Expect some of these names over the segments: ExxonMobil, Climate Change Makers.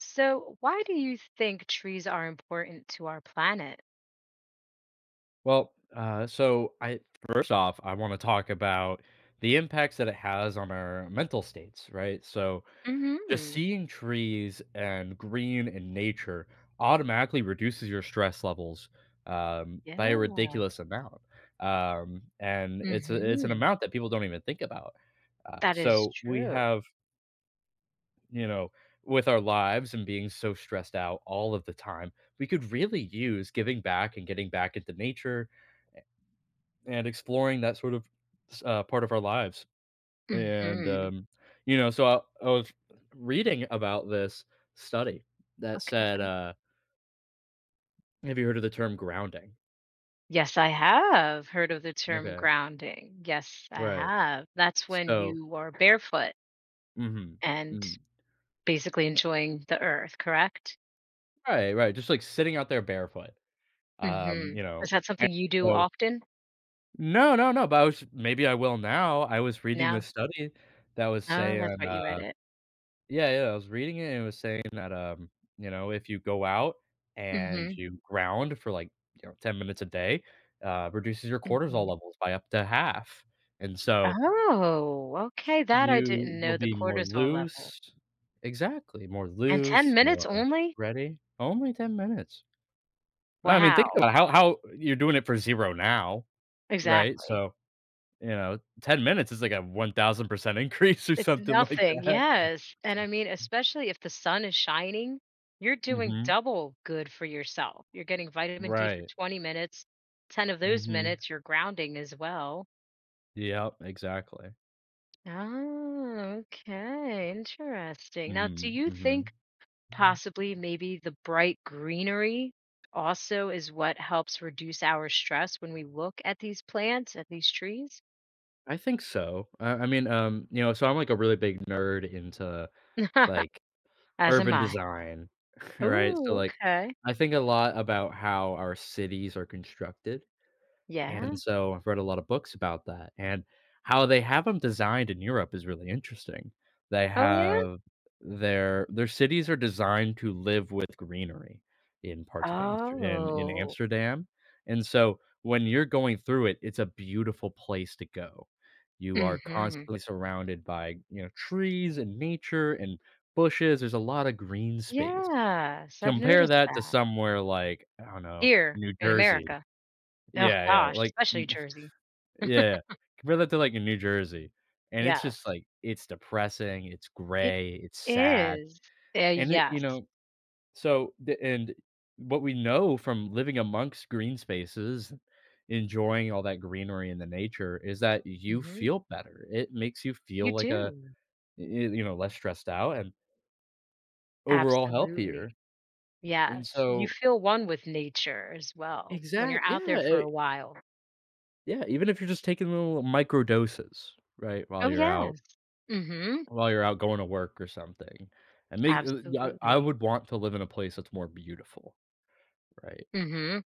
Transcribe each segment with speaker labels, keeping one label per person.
Speaker 1: So, why do you think trees are important to our planet?
Speaker 2: Well, I first off, I want to talk about the impacts that it has on our mental states, right? So just
Speaker 1: Hmm.
Speaker 2: seeing trees and green and nature automatically reduces your stress levels by a
Speaker 1: Yeah.
Speaker 2: ridiculous amount, and it's an
Speaker 1: Hmm.
Speaker 2: amount that people don't even think about.
Speaker 1: That is
Speaker 2: So we
Speaker 1: true.
Speaker 2: have, you know, with our lives and being so stressed out all of the time, we could really use giving back and getting back into nature and exploring that sort of part of our lives. And
Speaker 1: Hmm.
Speaker 2: you know, so I, I was reading about this study that said,
Speaker 1: Okay.
Speaker 2: "Have you heard of the term grounding?"
Speaker 1: Yes, I have heard of the term
Speaker 2: Okay,
Speaker 1: grounding. Yes, I
Speaker 2: right.
Speaker 1: have. That's when
Speaker 2: So,
Speaker 1: you are barefoot
Speaker 2: hmm mm,
Speaker 1: and basically enjoying the earth, correct?
Speaker 2: right, right. Just like sitting out there barefoot.
Speaker 1: Hmm.
Speaker 2: You
Speaker 1: Is
Speaker 2: know,
Speaker 1: that
Speaker 2: and
Speaker 1: something you do
Speaker 2: so
Speaker 1: often?
Speaker 2: No, no, no. But I was maybe I will now. I was reading
Speaker 1: No.
Speaker 2: this study that was
Speaker 1: Oh, that's
Speaker 2: saying.
Speaker 1: right. You read it.
Speaker 2: Yeah, yeah, I was reading it, and it was saying that, you know, if you go out and
Speaker 1: Hmm.
Speaker 2: you ground for, like, you know, 10 minutes a day, reduces your
Speaker 1: Hmm.
Speaker 2: cortisol levels by up to half, and so
Speaker 1: Oh, okay. That I didn't
Speaker 2: you will
Speaker 1: know the
Speaker 2: be more
Speaker 1: cortisol level.
Speaker 2: loose exactly, more
Speaker 1: And 10
Speaker 2: loose,
Speaker 1: minutes
Speaker 2: more
Speaker 1: only?
Speaker 2: ready. Only 10 minutes. I mean, think
Speaker 1: Wow.
Speaker 2: about how you're doing it for 0 now, right?
Speaker 1: Exactly.
Speaker 2: So, you know, 10 minutes is like a 1,000% increase or
Speaker 1: It's
Speaker 2: something like
Speaker 1: nothing.
Speaker 2: that.
Speaker 1: Yes. And I mean, especially if the sun is shining, you're doing
Speaker 2: Mhm.
Speaker 1: double good for yourself. You're getting vitamin D for
Speaker 2: Right.
Speaker 1: 20 minutes. 10 of those
Speaker 2: Mhm.
Speaker 1: minutes, you're grounding as well.
Speaker 2: Yep, exactly.
Speaker 1: Oh, okay. Interesting. Now, do
Speaker 2: Mhm,
Speaker 1: you think
Speaker 2: mhm.
Speaker 1: possibly maybe the bright greenery also is what helps reduce our stress when we look at these plants, at these trees?
Speaker 2: I think so. I mean, you know, so I'm, like, a really big nerd into, like,
Speaker 1: As am
Speaker 2: urban
Speaker 1: I.
Speaker 2: design, right? So,
Speaker 1: Ooh,
Speaker 2: like,
Speaker 1: okay.
Speaker 2: I think a lot about how our cities are constructed. And
Speaker 1: Yeah.
Speaker 2: so I've read a lot of books about that, and how they have them designed in Europe is really interesting. They
Speaker 1: Oh, yeah?
Speaker 2: have their cities are designed to live with greenery in parts of Amster in
Speaker 1: Oh.
Speaker 2: Amsterdam, and so when you're going through it, it's a beautiful place to go. You are
Speaker 1: Mhm.
Speaker 2: constantly surrounded by, you know, trees and nature and bushes, there's a lot of green space.
Speaker 1: Yes, I've
Speaker 2: Compare
Speaker 1: noticed
Speaker 2: that to
Speaker 1: that.
Speaker 2: somewhere like, I don't know,
Speaker 1: Here
Speaker 2: New
Speaker 1: in
Speaker 2: Jersey.
Speaker 1: America. Oh
Speaker 2: Yeah, yeah,
Speaker 1: gosh,
Speaker 2: like
Speaker 1: especially Jersey.
Speaker 2: yeah. Compare that to, like, in New Jersey, and it's
Speaker 1: Yes.
Speaker 2: just, like, it's depressing, it's
Speaker 1: It
Speaker 2: gray, it's sad,
Speaker 1: is.
Speaker 2: and it you
Speaker 1: Yes.
Speaker 2: know, so the and what we know from living amongst green spaces, enjoying all that greenery in the nature is that you
Speaker 1: Mhm.
Speaker 2: feel better. It makes you
Speaker 1: You
Speaker 2: feel like a
Speaker 1: do.
Speaker 2: y y you know, less stressed out and overall
Speaker 1: Absolutely.
Speaker 2: healthier, and
Speaker 1: Yes. You
Speaker 2: so
Speaker 1: feel one with nature as well when
Speaker 2: Exact
Speaker 1: you're out
Speaker 2: yeah,
Speaker 1: there for
Speaker 2: eh
Speaker 1: a while.
Speaker 2: yeah, even if you're just taking little micro doses, right, while
Speaker 1: Oh,
Speaker 2: you're out.
Speaker 1: yes. Mhm.
Speaker 2: While you're out going to work or something. And make yeah, I
Speaker 1: Absolutely.
Speaker 2: would want to live in a place that's more beautiful, right?
Speaker 1: Mhm.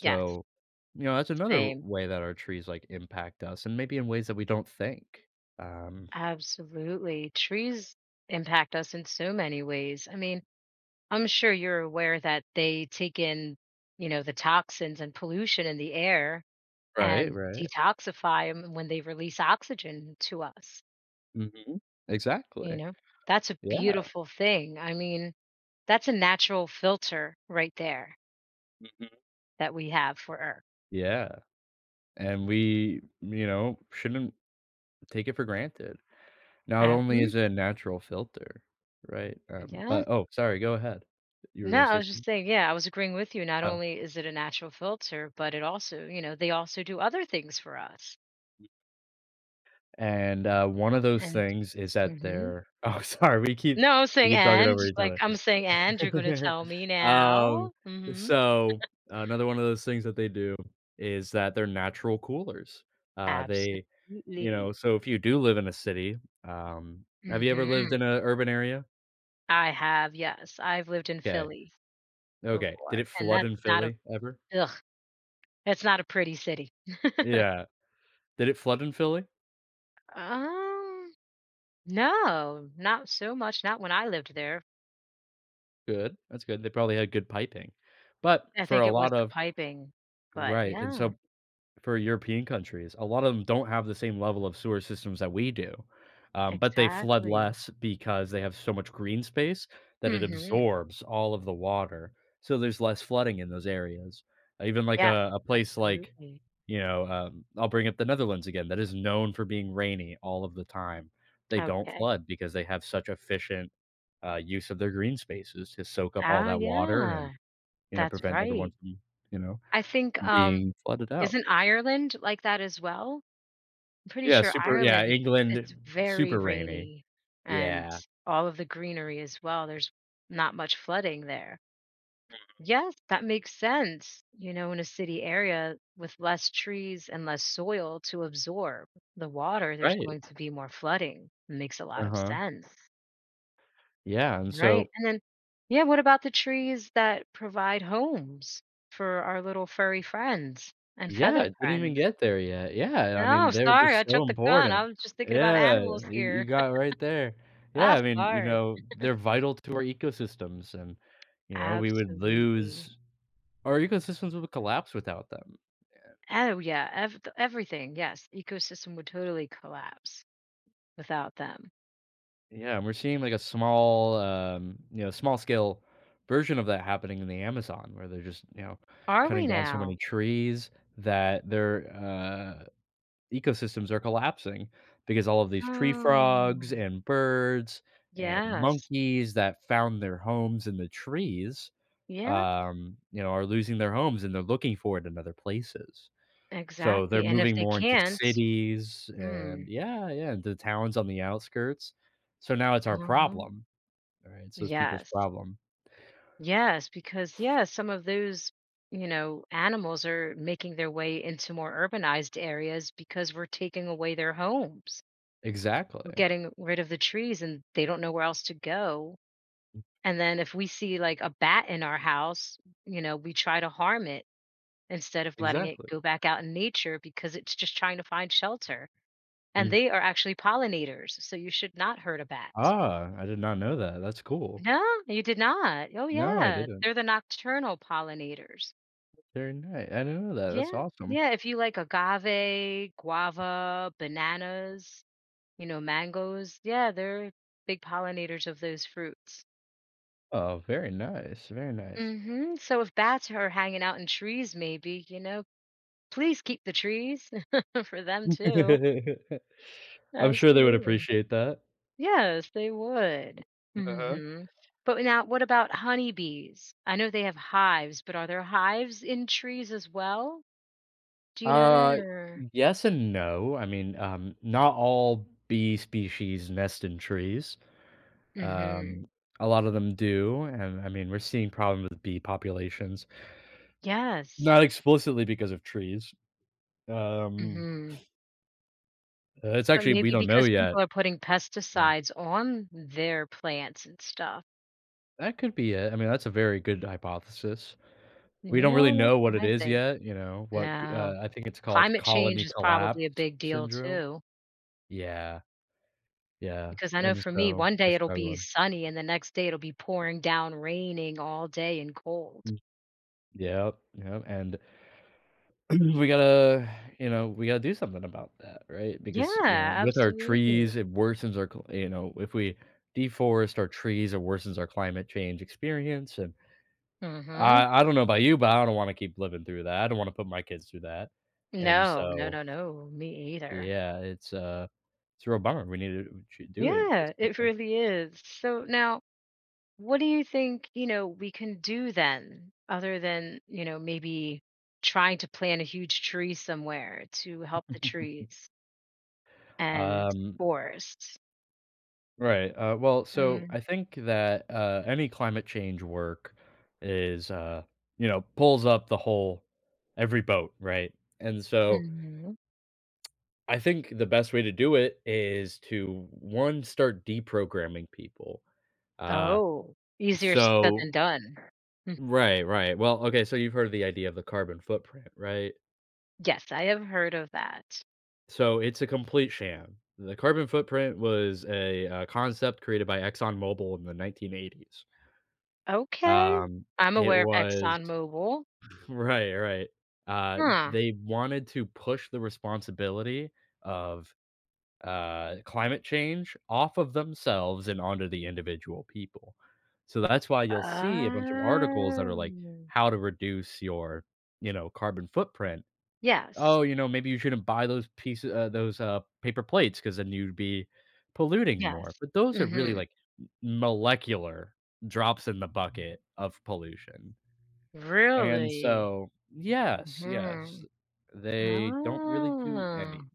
Speaker 1: Yes,
Speaker 2: you know, that's another
Speaker 1: same.
Speaker 2: way that our trees, like, impact us and maybe in ways that we don't think. Um,
Speaker 1: Absolutely. Trees impact us in so many ways. I mean, I'm sure you're aware that they take in the toxins and pollution in the air
Speaker 2: right,
Speaker 1: and
Speaker 2: right.
Speaker 1: detoxify them when they release oxygen to us.
Speaker 2: Mhm.
Speaker 1: You
Speaker 2: Exactly.
Speaker 1: know, that's a
Speaker 2: Yeah.
Speaker 1: beautiful thing. I mean, that's a natural filter right there
Speaker 2: Mhm.
Speaker 1: that we have for Earth.
Speaker 2: Yeah. And we, you know, shouldn't take it for granted. Not only
Speaker 1: Uh-huh.
Speaker 2: is it a natural filter, right?
Speaker 1: Yeah.
Speaker 2: But oh, sorry, go ahead. You were gonna
Speaker 1: No, I
Speaker 2: say
Speaker 1: was just
Speaker 2: something?
Speaker 1: saying, yeah, I was agreeing with you. Not
Speaker 2: Oh.
Speaker 1: only is it a natural filter, but it also they also do other things for us.
Speaker 2: And, one of those
Speaker 1: And.
Speaker 2: things is that
Speaker 1: Mhm.
Speaker 2: they're oh, sorry,
Speaker 1: No, I'm
Speaker 2: we
Speaker 1: saying,
Speaker 2: keep talking
Speaker 1: and
Speaker 2: over each
Speaker 1: like,
Speaker 2: other.
Speaker 1: I'm saying, and you're gonna tell me
Speaker 2: Um,
Speaker 1: now? Mhm.
Speaker 2: so, another one of those things that they do is that they're natural coolers. They You
Speaker 1: Absolutely.
Speaker 2: know, so if you do live in a city, um have you ever lived
Speaker 1: Mhm.
Speaker 2: in an urban area?
Speaker 1: I have, yes. I've lived in
Speaker 2: Okay,
Speaker 1: Philly
Speaker 2: okay. Did
Speaker 1: before,
Speaker 2: it
Speaker 1: and
Speaker 2: flood in Philly ever?
Speaker 1: ugh, that's not a pretty city.
Speaker 2: Yeah. Did it flood in Philly?
Speaker 1: Um, no, not so much, not when I lived there.
Speaker 2: Good. That's good. They probably had good piping. But
Speaker 1: I
Speaker 2: for
Speaker 1: think
Speaker 2: a
Speaker 1: it was
Speaker 2: lot
Speaker 1: the
Speaker 2: of
Speaker 1: piping, but
Speaker 2: right, and
Speaker 1: yeah,
Speaker 2: so for European countries. A lot of them don't have the same level of sewer systems that we do, but they flood
Speaker 1: exactly.
Speaker 2: less because they have so much green space that it
Speaker 1: Mhm.
Speaker 2: absorbs all of the water. So there's less flooding in those areas. Even like
Speaker 1: Yeah,
Speaker 2: a place like,
Speaker 1: absolutely.
Speaker 2: you know, I'll bring up the Netherlands again, that is known for being rainy all of the time. They don't
Speaker 1: Okay.
Speaker 2: flood because they have such efficient use of their green spaces to soak up all
Speaker 1: Oh,
Speaker 2: that water
Speaker 1: yeah.
Speaker 2: and, you know,
Speaker 1: That's
Speaker 2: prevent everyone
Speaker 1: right.
Speaker 2: from, you know,
Speaker 1: I think,
Speaker 2: being flooded out.
Speaker 1: isn't Ireland like that as well? I'm pretty
Speaker 2: Yeah,
Speaker 1: sure
Speaker 2: super yeah,
Speaker 1: Ireland, it
Speaker 2: England,
Speaker 1: it's very
Speaker 2: super rainy.
Speaker 1: rainy and
Speaker 2: Yeah,
Speaker 1: all of the greenery as well, there's not much flooding there. Yes, that makes sense, you know, in a city area with less trees and less soil to absorb the water, there's
Speaker 2: right,
Speaker 1: going to be more flooding. It makes a lot of
Speaker 2: uh-huh.
Speaker 1: sense,
Speaker 2: Yeah, and
Speaker 1: right?
Speaker 2: so
Speaker 1: And then yeah, what about the trees that provide homes for our little furry friends and
Speaker 2: yeah,
Speaker 1: feathered
Speaker 2: it didn't
Speaker 1: friends?
Speaker 2: even get there yet. Yeah, I
Speaker 1: No,
Speaker 2: mean, they're
Speaker 1: sorry,
Speaker 2: just
Speaker 1: I
Speaker 2: so
Speaker 1: took the gun. I
Speaker 2: important.
Speaker 1: was just thinking about
Speaker 2: Yeah,
Speaker 1: animals here.
Speaker 2: you got it right there. Yeah,
Speaker 1: I'm
Speaker 2: I mean, you
Speaker 1: sorry.
Speaker 2: know, they're vital to our ecosystems and, you know, we would
Speaker 1: Absolutely.
Speaker 2: lose our ecosystems would collapse without them.
Speaker 1: Oh, yeah, ev th everything, yes, ecosystem would totally collapse without them.
Speaker 2: Yeah, and we're seeing like a small, you know, small scale version of that happening in the Amazon, where they're just, you know,
Speaker 1: Are we
Speaker 2: cutting down so
Speaker 1: now?
Speaker 2: many trees that their ecosystems are collapsing because all of these tree
Speaker 1: Oh,
Speaker 2: frogs and birds and
Speaker 1: yes.
Speaker 2: monkeys that found their homes in the trees,
Speaker 1: Yeah,
Speaker 2: you know, are losing their homes and they're looking for it in other places. So they're
Speaker 1: exactly, and if
Speaker 2: moving
Speaker 1: they
Speaker 2: more into
Speaker 1: can't,
Speaker 2: cities
Speaker 1: mm,
Speaker 2: and yeah, yeah, the towns on the outskirts. So now it's our
Speaker 1: uh-huh.
Speaker 2: problem. All right? So it's people's
Speaker 1: Yes.
Speaker 2: problem.
Speaker 1: Yes, because, yeah, some of those animals are making their way into more urbanized areas because we're taking away their homes.
Speaker 2: Exactly,
Speaker 1: We're getting rid of the trees and they don't know where else to go. And then if we see like a bat in our house, we try to harm it instead of letting it
Speaker 2: exactly.
Speaker 1: go back out in nature because it's just trying to find shelter. And
Speaker 2: Mhm.
Speaker 1: they are actually pollinators, so you should not hurt a bat.
Speaker 2: Ah, I did not know that. That's cool.
Speaker 1: No, you did not. Oh
Speaker 2: No, I
Speaker 1: yeah,
Speaker 2: didn't.
Speaker 1: they're the nocturnal pollinators.
Speaker 2: Very nice. I didn't know that. That's
Speaker 1: Yeah.
Speaker 2: awesome.
Speaker 1: Yeah, if you like agave, guava, bananas, mangoes, yeah, they're big pollinators of those fruits.
Speaker 2: Oh, very nice, very nice.
Speaker 1: Hmm. So if bats are hanging out in trees, maybe, please keep the trees for them too.
Speaker 2: I'm sure they would
Speaker 1: Absolutely.
Speaker 2: appreciate that.
Speaker 1: Yes, they would.
Speaker 2: Uh-huh.
Speaker 1: Hmm. But now, what about honeybees? I know they have hives, but are there hives in trees as well? Do you know that
Speaker 2: Uh,
Speaker 1: or?
Speaker 2: yes and no. I mean, not all bee species nest in trees.
Speaker 1: Hmm.
Speaker 2: Um, a lot of them do, and I mean, we're seeing problems with bee populations,
Speaker 1: Yes.
Speaker 2: not explicitly because of trees. Um,
Speaker 1: Hmm.
Speaker 2: it's
Speaker 1: But
Speaker 2: actually we
Speaker 1: maybe
Speaker 2: don't know
Speaker 1: because
Speaker 2: yet.
Speaker 1: people are putting
Speaker 2: So
Speaker 1: pesticides on their plants and stuff.
Speaker 2: that could be it. I mean, that's a very good hypothesis. We don't really
Speaker 1: Yeah, that's
Speaker 2: know what
Speaker 1: what
Speaker 2: it
Speaker 1: I
Speaker 2: is
Speaker 1: think.
Speaker 2: yet. You know what?
Speaker 1: No.
Speaker 2: I think it's called
Speaker 1: Climate change
Speaker 2: colony
Speaker 1: is probably a
Speaker 2: collapse
Speaker 1: big deal
Speaker 2: syndrome.
Speaker 1: too,
Speaker 2: Yeah, yeah,
Speaker 1: because I know
Speaker 2: and
Speaker 1: for me,
Speaker 2: so
Speaker 1: one
Speaker 2: they're
Speaker 1: day it'll be
Speaker 2: struggling.
Speaker 1: sunny and the next day it'll be pouring down, raining all day and cold.
Speaker 2: Mm. Yep, yep, and we gotta you know we gotta do something about that right
Speaker 1: Yeah,
Speaker 2: because you know with our trees
Speaker 1: absolutely.
Speaker 2: it worsens our you know if we deforest our trees it worsens our climate change experience and
Speaker 1: Mhm.
Speaker 2: I don't know about you but I don't want to keep living through that I don't want to put my kids through that and
Speaker 1: No, no,
Speaker 2: so
Speaker 1: no, no, me either.
Speaker 2: yeah it's a real bummer we need to we should do it and fix
Speaker 1: Yeah, it really is. So now, what do you think we can do then, other than maybe trying to plant a huge tree somewhere to help the
Speaker 2: something.
Speaker 1: trees and
Speaker 2: um
Speaker 1: forests?
Speaker 2: Right. Well, so
Speaker 1: Mm,
Speaker 2: I think that any climate change work is, you know, pulls up the whole every boat, right? And so
Speaker 1: mhm.
Speaker 2: I think the best way to do it is to one start deprogramming people. Uh,
Speaker 1: Oh, easier said
Speaker 2: so
Speaker 1: than done. Mm,
Speaker 2: right, right. Well, okay. So you've heard of the idea of the carbon footprint, right?
Speaker 1: yes, I have heard of that.
Speaker 2: So it's a complete sham. The carbon footprint was a, concept created by ExxonMobil in the 1980s.
Speaker 1: Okay.
Speaker 2: Um,
Speaker 1: I'm
Speaker 2: it
Speaker 1: aware of
Speaker 2: was
Speaker 1: ExxonMobil.
Speaker 2: Right, right.
Speaker 1: Huh.
Speaker 2: They wanted to push the responsibility of, climate change off of themselves and onto the individual people. So that's why you'll see a bunch of articles that are like,
Speaker 1: Oh.
Speaker 2: "How to reduce your, you know, carbon footprint."
Speaker 1: Yes,
Speaker 2: "Oh, you know, maybe you shouldn't buy those pieces those, paper plates, because then you'd be polluting
Speaker 1: yes.
Speaker 2: more." But those are really,
Speaker 1: Mhm.
Speaker 2: like, molecular drops in the bucket of pollution. And
Speaker 1: Really?
Speaker 2: so yes, yes,
Speaker 1: Mhm.
Speaker 2: they don't really do any
Speaker 1: Oh.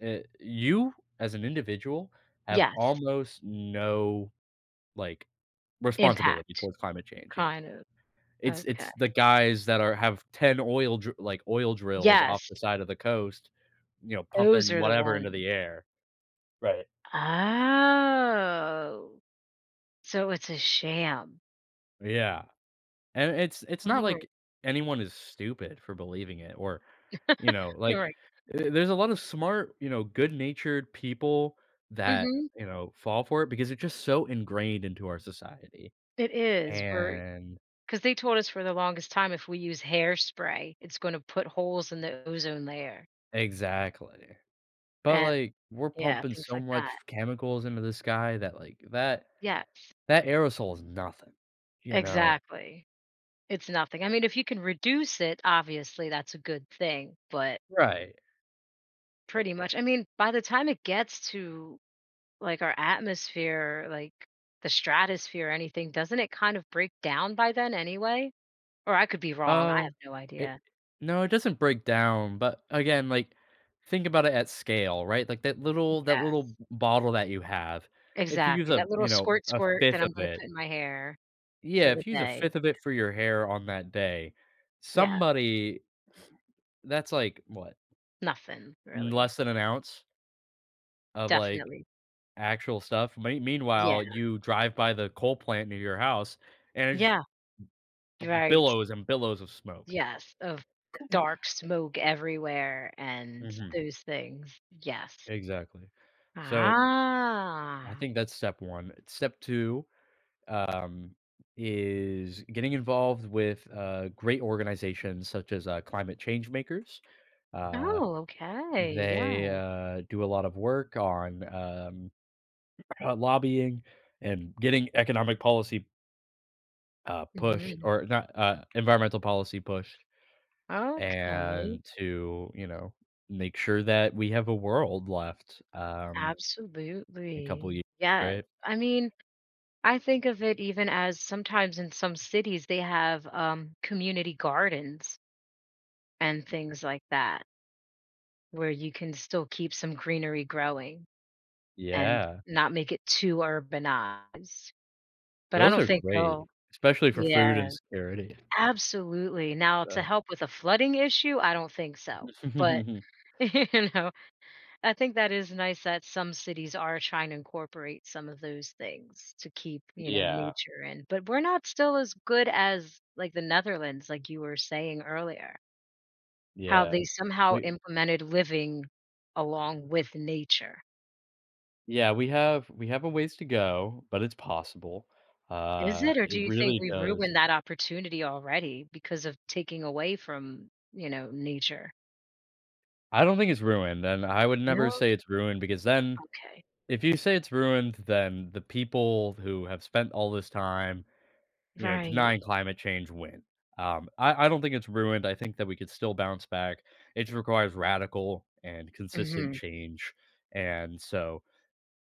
Speaker 2: you as an individual have
Speaker 1: Yes,
Speaker 2: almost no, like, responsibility
Speaker 1: impact,
Speaker 2: towards climate change, yeah.
Speaker 1: kind of.
Speaker 2: It's
Speaker 1: Okay.
Speaker 2: it's the guys that are have 10 oil dr like, oil drills off
Speaker 1: Yes,
Speaker 2: the side of the coast, you know,
Speaker 1: those
Speaker 2: pumping
Speaker 1: are the
Speaker 2: whatever into
Speaker 1: ones.
Speaker 2: the air. Right.
Speaker 1: Oh, so it's a sham.
Speaker 2: Yeah. And it's not
Speaker 1: Mhm,
Speaker 2: like anyone is stupid for believing it or, you know, like,
Speaker 1: right.
Speaker 2: there's a lot of smart, you know, good-natured people that,
Speaker 1: Mhm.
Speaker 2: you know, fall for it because it's just so ingrained into our society,
Speaker 1: It is,
Speaker 2: and
Speaker 1: because they told us for the longest time if we use hairspray, it's gonna put holes in the ozone layer,
Speaker 2: Exactly. But,
Speaker 1: and
Speaker 2: like, we're
Speaker 1: yeah,
Speaker 2: pumping
Speaker 1: things
Speaker 2: so
Speaker 1: like
Speaker 2: much
Speaker 1: that.
Speaker 2: chemicals into the sky that, like,
Speaker 1: Yes,
Speaker 2: that aerosol is nothing, you know?
Speaker 1: exactly. It's nothing. I mean, if you can reduce it, obviously, that's a good thing, but
Speaker 2: Right.
Speaker 1: pretty much I mean, by the time it gets to, like, our atmosphere, like, the stratosphere or anything, doesn't it kind of break down by then anyway? Or I could be wrong, I
Speaker 2: Uh,
Speaker 1: have no
Speaker 2: it
Speaker 1: idea.
Speaker 2: No, it doesn't break down, but again, like, think about it at scale, right? Like, that
Speaker 1: Yeah,
Speaker 2: little b bottle that you have, if you use
Speaker 1: exactly,
Speaker 2: a,
Speaker 1: that little
Speaker 2: you know,
Speaker 1: squirt,
Speaker 2: a
Speaker 1: squirt that
Speaker 2: fifth
Speaker 1: I'm
Speaker 2: of
Speaker 1: gonna
Speaker 2: it
Speaker 1: put in my hair. For
Speaker 2: yeah,
Speaker 1: the
Speaker 2: if you use a
Speaker 1: day.
Speaker 2: fifth of it for your hair on that day,
Speaker 1: Yeah,
Speaker 2: somebody that's like, what,
Speaker 1: nothing really.
Speaker 2: less than an ounce of, like,
Speaker 1: Definitely.
Speaker 2: actual stuff. Me
Speaker 1: Yeah.
Speaker 2: Meanwhile, you drive by the coal plant near your house, and it just
Speaker 1: Yeah,
Speaker 2: b
Speaker 1: right.
Speaker 2: billows and billows of smoke.
Speaker 1: Yes, of dark smoke everywhere and
Speaker 2: Mhm,
Speaker 1: those things. Yes.
Speaker 2: exactly. So I
Speaker 1: Ah.
Speaker 2: think that's step one. Step two um, is getting involved with great organizations such as Climate Change Makers. Uh,
Speaker 1: Oh, okay.
Speaker 2: they
Speaker 1: Yeah.
Speaker 2: uh, do a lot of work on lobbying and getting economic policy pushed,
Speaker 1: Mhm.
Speaker 2: or not environmental policy pushed,
Speaker 1: Okay.
Speaker 2: and to you know make sure that we have a world left in a couple
Speaker 1: Absolutely.
Speaker 2: years,
Speaker 1: Yes.
Speaker 2: right?
Speaker 1: I mean, I think of it even as sometimes in some cities, they have community gardens and things like that. Where you can still keep some greenery growing and
Speaker 2: Yeah.
Speaker 1: not make it too urbanized, but I
Speaker 2: Those
Speaker 1: don't
Speaker 2: are
Speaker 1: think
Speaker 2: great,
Speaker 1: they'll.
Speaker 2: especially for food
Speaker 1: Yeah,
Speaker 2: and security,
Speaker 1: absolutely. Now to
Speaker 2: but
Speaker 1: help with a flooding issue, I don't think so, but, you know, I think that is nice that some cities are trying to incorporate some of those things to keep
Speaker 2: Yeah,
Speaker 1: nature in, but we're not still as good as, like, the Netherlands, like you were saying earlier, how
Speaker 2: yeah.
Speaker 1: they somehow
Speaker 2: We
Speaker 1: implemented living along with nature.
Speaker 2: yeah, we have a ways to go, but it's possible.
Speaker 1: Is it, or do
Speaker 2: It
Speaker 1: you think
Speaker 2: really
Speaker 1: we've
Speaker 2: does
Speaker 1: ruined that opportunity already because of taking away from nature?
Speaker 2: I don't think it's ruined, and I would never
Speaker 1: No?
Speaker 2: say it's ruined because then
Speaker 1: Okay.
Speaker 2: if you say it's ruined, then the people who have spent all this time you know,
Speaker 1: Right.
Speaker 2: denying climate change win. I don't think it's ruined. I think that we could still bounce back. It just requires radical and consistent
Speaker 1: Mhm.
Speaker 2: change. And so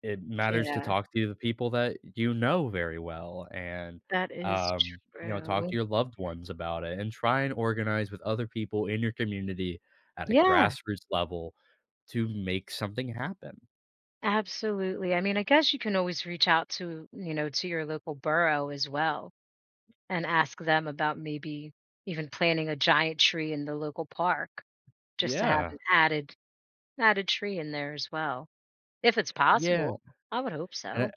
Speaker 2: it matters to
Speaker 1: Yeah,
Speaker 2: talk to the people that you know very well and,
Speaker 1: that is
Speaker 2: you know, talk
Speaker 1: true.
Speaker 2: to your loved ones about it and try and organize with other people in your community at a
Speaker 1: Yeah,
Speaker 2: grassroots level to make something happen.
Speaker 1: absolutely. I mean, I guess you can always reach out to your local borough as well and ask them about maybe even planting a giant tree in the local park just to have
Speaker 2: Yeah.
Speaker 1: an added tree in there as well, if it's
Speaker 2: Yeah.
Speaker 1: possible. I would hope
Speaker 2: And
Speaker 1: so.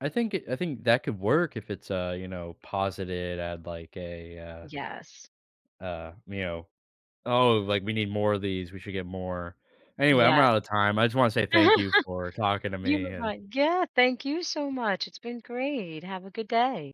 Speaker 2: I think that could work if it's, you know, posited at like a, uh,
Speaker 1: Yes.
Speaker 2: uh, you know, "Oh, like, we need more of these, we should get more." Anyway, I'm
Speaker 1: Yes.
Speaker 2: out of time. I just wanna say thank you for talking to
Speaker 1: You
Speaker 2: me
Speaker 1: were
Speaker 2: and
Speaker 1: right. Yeah, thank you so much. It's been great. Have a good day.